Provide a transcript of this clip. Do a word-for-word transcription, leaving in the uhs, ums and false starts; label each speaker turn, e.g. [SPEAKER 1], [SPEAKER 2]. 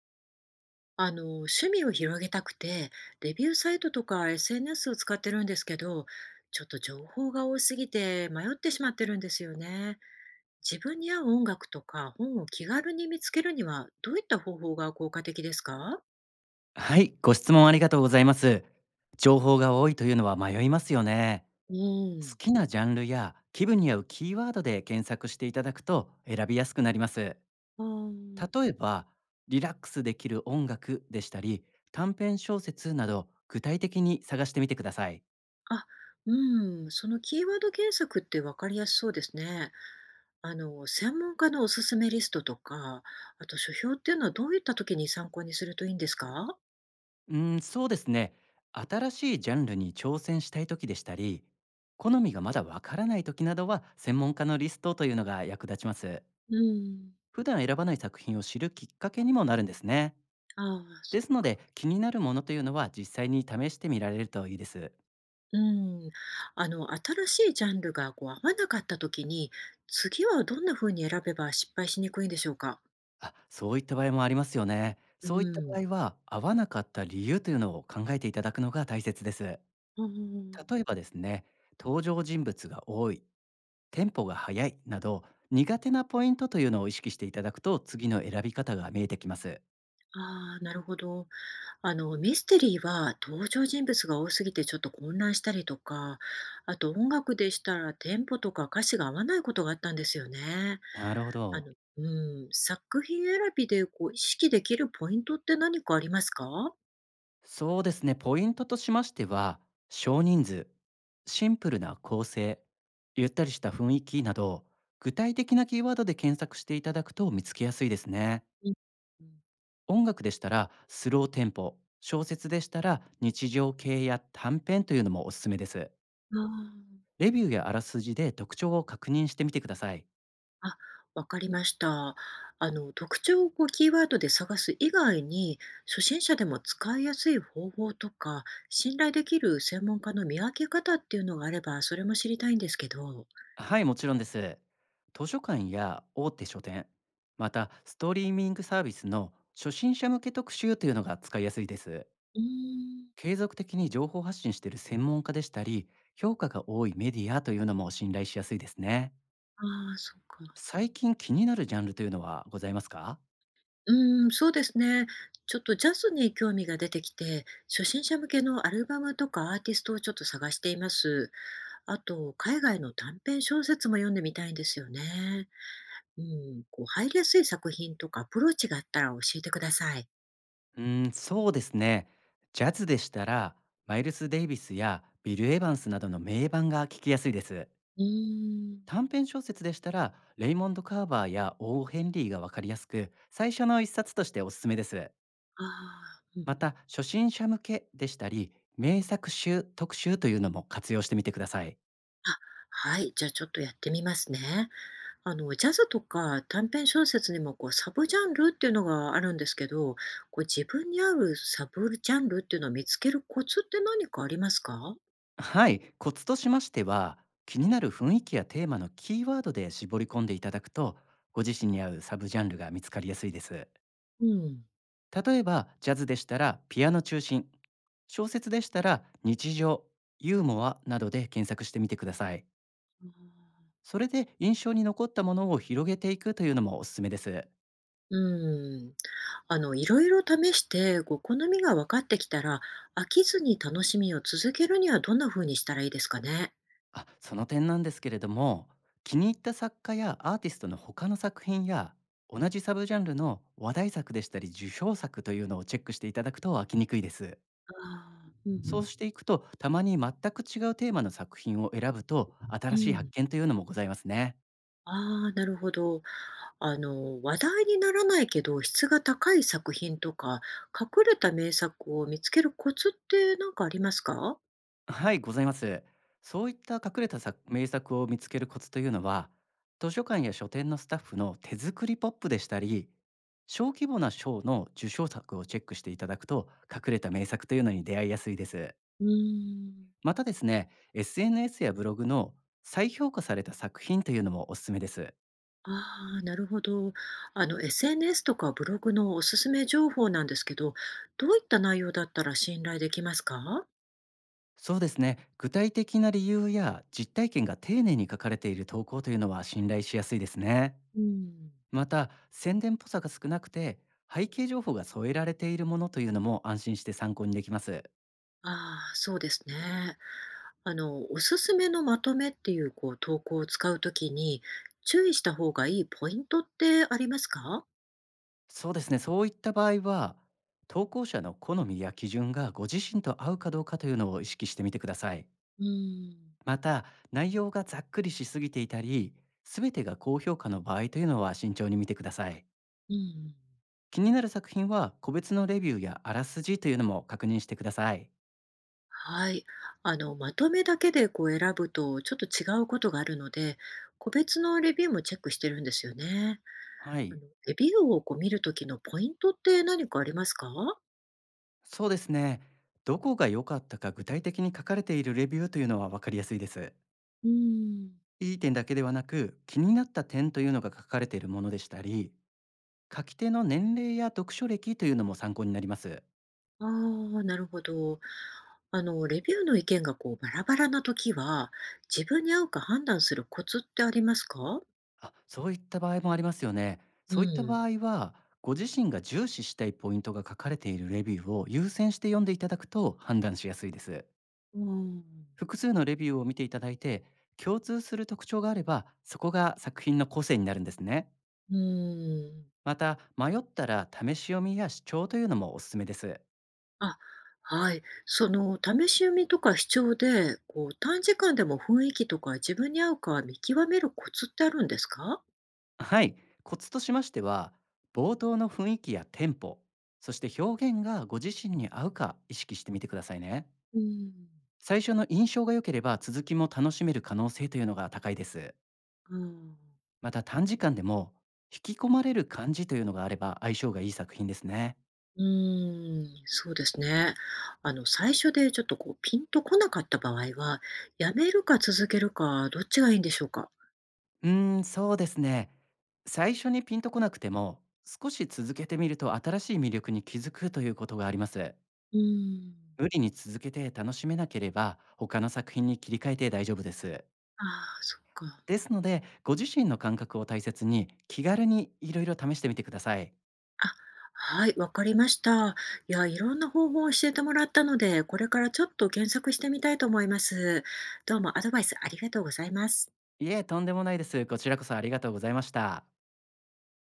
[SPEAKER 1] あの、趣味を広げたくて、レビューサイトとか エスエヌエス を使ってるんですけど、ちょっと情報が多すぎて迷ってしまってるんですよね。自分に合う音楽とか本を気軽に見つけるには、どういった方法が効果的ですか？
[SPEAKER 2] はい、ご質問ありがとうございます。情報が多いというのは迷いますよね。
[SPEAKER 1] う
[SPEAKER 2] 好
[SPEAKER 1] ん。
[SPEAKER 2] きなジャンルや気分に合うキーワードで検索していただくと選びやすくなります。
[SPEAKER 1] あー
[SPEAKER 2] 例えば、リラックスできる音楽でしたり、短編小説など具体的に探してみてください。
[SPEAKER 1] あ、うん、そのキーワード検索って分かりやすそうですね。あの、専門家のおすすめリストとか、あと書評っていうのはどういった時に参考にするといいんですか？
[SPEAKER 2] うーん、そうですね。新しいジャンルに挑戦したい時でしたり、好みがまだわからない時などは専門家のリストというのが役立ちます。
[SPEAKER 1] うん。
[SPEAKER 2] 普段選ばない作品を知るきっかけにもなるんですね。
[SPEAKER 1] ああそ
[SPEAKER 2] で
[SPEAKER 1] う。
[SPEAKER 2] すので、気になるものというのは実際に試してみられるといいです。
[SPEAKER 1] うん。あの、新しいジャンルがこう合わなかった時に、次はどんな風に選べば失敗しにくいんでしょうか？
[SPEAKER 2] あ、そういった場合もありますよね。
[SPEAKER 1] う
[SPEAKER 2] そういった
[SPEAKER 1] ん。
[SPEAKER 2] 場合は、合わなかった理由というのを考えていただくのが大切です。
[SPEAKER 1] うん。
[SPEAKER 2] 例えばですね、登場人物が多い、テンポが速いなど、苦手なポイントというのを意識していただくと、次の選び方が見えてきます。
[SPEAKER 1] ああ、なるほど。あの、ミステリーは登場人物が多すぎてちょっと混乱したりとか、あと音楽でしたらテンポとか歌詞が合わないことがあったんですよね。
[SPEAKER 2] なるほ
[SPEAKER 1] あ
[SPEAKER 2] ど。
[SPEAKER 1] の、うん、作品選びでこう意識できるポイントって何かありますか？
[SPEAKER 2] そうですね、ポイントとしましては、少人数、シンプルな構成、ゆったりした雰囲気など、具体的なキーワードで検索していただくと見つけやすいですね。
[SPEAKER 1] うん。
[SPEAKER 2] 音楽でしたらスローテンポ、小説でしたら日常系や短編というのもおすすめです。
[SPEAKER 1] ああー。
[SPEAKER 2] レビューやあらすじで特徴を確認してみてください。
[SPEAKER 1] あ、わかりました。あの、特徴をこうキーワードで探す以外に、初心者でも使いやすい方法とか、信頼できる専門家の見分け方っていうのがあれば、それも知りたいんですけど。
[SPEAKER 2] はい、もちろんです。図書館や大手書店、またストリーミングサービスの初心者向け特集というのが使いやすいです。
[SPEAKER 1] うーん。
[SPEAKER 2] 継続的に情報発信している専門家でしたり、評価が多いメディアというのも信頼しやすいですね。
[SPEAKER 1] ああ、そうか。
[SPEAKER 2] 最近気になるジャンルというのはございますか？
[SPEAKER 1] うーん、そうですね。ちょっとジャズに興味が出てきて、初心者向けのアルバムとかアーティストをちょっと探しています。あと、海外の短編小説も読んでみたいんですよね。うん、こう入りやすい作品とかアプローチがあったら教えてください。
[SPEAKER 2] うーんそうですね。ジャズでしたら、マイルス・デイビスやビル・エヴァンスなどの名盤が聞きやすいです。
[SPEAKER 1] うーん。
[SPEAKER 2] 短編小説でしたら、レイモンド・カーバーやオー・ヘンリーがわかりやすく、最初の一冊としておすすめです。
[SPEAKER 1] ああ。うん
[SPEAKER 2] ま
[SPEAKER 1] うん。
[SPEAKER 2] た初心者向けでしたり名作集特集というのも活用してみてください。
[SPEAKER 1] あ、はい、じゃあちょっとやってみますね。あの、ジャズとか短編小説にもこうサブジャンルっていうのがあるんですけど、こう自分に合うサブジャンルっていうのを見つけるコツって何かありますか？
[SPEAKER 2] はい、コツとしましては、気になる雰囲気やテーマのキーワードで絞り込んでいただくと、ご自身に合うサブジャンルが見つかりやすいです。
[SPEAKER 1] うん。
[SPEAKER 2] 例えば、ジャズでしたらピアノ中心、小説でしたら日常、ユーモアなどで検索してみてください。それで印象に残ったものを広げていくというのもおすすめです。
[SPEAKER 1] うん。あの、いろいろ試して、ご好みが分かってきたら、飽きずに楽しみを続けるにはどんな風にしたらいいですかね？
[SPEAKER 2] あ、その点なんですけれども、気に入った作家やアーティストの他の作品や、同じサブジャンルの話題作でしたり受賞作というのをチェックしていただくと飽きにくいです。
[SPEAKER 1] ああ、うんう
[SPEAKER 2] そう
[SPEAKER 1] ん。
[SPEAKER 2] していくと、たまに全く違うテーマの作品を選ぶと、
[SPEAKER 1] う
[SPEAKER 2] 新しい発
[SPEAKER 1] ん。
[SPEAKER 2] 見というのもございますね。
[SPEAKER 1] ああ、なるほど。あの、話題にならないけど、質が高い作品とか、隠れた名作を見つけるコツって何かありますか？
[SPEAKER 2] はい、ございます。そういった隠れた作名作を見つけるコツというのは、図書館や書店のスタッフの手作りポップでしたり、小規模な賞の受賞作をチェックしていただくと、隠れた名作というのに出会いやすいです。
[SPEAKER 1] うーん。
[SPEAKER 2] またですね、エスエヌエス やブログの再評価された作品というのもおすすめです。
[SPEAKER 1] ああ、なるほど。あの、エスエヌエス とかブログのおすすめ情報なんですけど、どういった内容だったら信頼できますか？
[SPEAKER 2] そうですね、具体的な理由や実体験が丁寧に書かれている投稿というのは信頼しやすいですね。
[SPEAKER 1] うん。
[SPEAKER 2] また宣伝っぽさが少なくて、背景情報が添えられているものというのも安心して参考にできます。
[SPEAKER 1] ああ、そうですね。あの、おすすめのまとめっていう、こう、投稿を使うときに、注意した方がいいポイントってありますか？
[SPEAKER 2] そうですね、そういった場合は、投稿者の好みや基準がご自身と合うかどうかというのを意識してみてください。
[SPEAKER 1] うーん、
[SPEAKER 2] また、内容がざっくりしすぎていたり、全てが高評価の場合というのは慎重に見てください。
[SPEAKER 1] うん。
[SPEAKER 2] 気になる作品は個別のレビューやあらすじというのも確認してください。
[SPEAKER 1] はい。あの、まとめだけでこう選ぶとちょっと違うことがあるので、個別のレビューもチェックしてるんですよね。
[SPEAKER 2] は
[SPEAKER 1] あ
[SPEAKER 2] い、
[SPEAKER 1] の、レビューをこう見るときのポイントって何かありますか？
[SPEAKER 2] そうですね。どこが良かったか具体的に書かれているレビューというのは分かりやすいです。
[SPEAKER 1] うーん。
[SPEAKER 2] いい点だけではなく、気になった点というのが書かれているものでしたり、書き手の年齢や読書歴というのも参考になります。
[SPEAKER 1] ああ、なるほど。あの、レビューの意見がこうバラバラな時は、自分に合うか判断するコツってありますか？
[SPEAKER 2] あ、そういった場合もありますよね。
[SPEAKER 1] う
[SPEAKER 2] そういった
[SPEAKER 1] ん。
[SPEAKER 2] 場合は、ご自身が重視したいポイントが書かれているレビューを優先して読んでいただくと判断しやすいです。
[SPEAKER 1] うーん。
[SPEAKER 2] 複数のレビューを見ていただいて、共通する特徴があれば、そこが作品の個性になるんですね。
[SPEAKER 1] うーん。
[SPEAKER 2] また、迷ったら試し読みや視聴というのもおすすめです。
[SPEAKER 1] あ、はい。その試し読みとか視聴で、こう短時間でも雰囲気とか自分に合うか見極めるコツってあるんですか？
[SPEAKER 2] はい、コツとしましては、冒頭の雰囲気やテンポ、そして表現がご自身に合うか意識してみてくださいね。
[SPEAKER 1] うーん。
[SPEAKER 2] 最初の印象が良ければ続きも楽しめる可能性というのが高いです。
[SPEAKER 1] あ。ん。
[SPEAKER 2] また短時間でも引き込まれる感じというのがあれば相性がいい作品ですね。
[SPEAKER 1] うーん、そうですね。あの、最初でちょっとこうピンとこなかった場合は、やめるか続けるかどっちがいいんでしょうか？
[SPEAKER 2] うーん、そうですね。最初にピンとこなくても少し続けてみると新しい魅力に気づくということがあります。
[SPEAKER 1] うーん。
[SPEAKER 2] 無理に続けて楽しめなければ他の作品に切り替えて大丈夫です。
[SPEAKER 1] ああ、そっか。
[SPEAKER 2] ですのでご自身の感覚を大切に、気軽にいろいろ試してみてください。
[SPEAKER 1] あ、はい、わかりました。いや、いろんな方法を教えてもらったので、これからちょっと検索してみたいと思います。どうもアドバイスありがとうございます。
[SPEAKER 2] いえ、とんでもないです。こちらこそありがとうございました。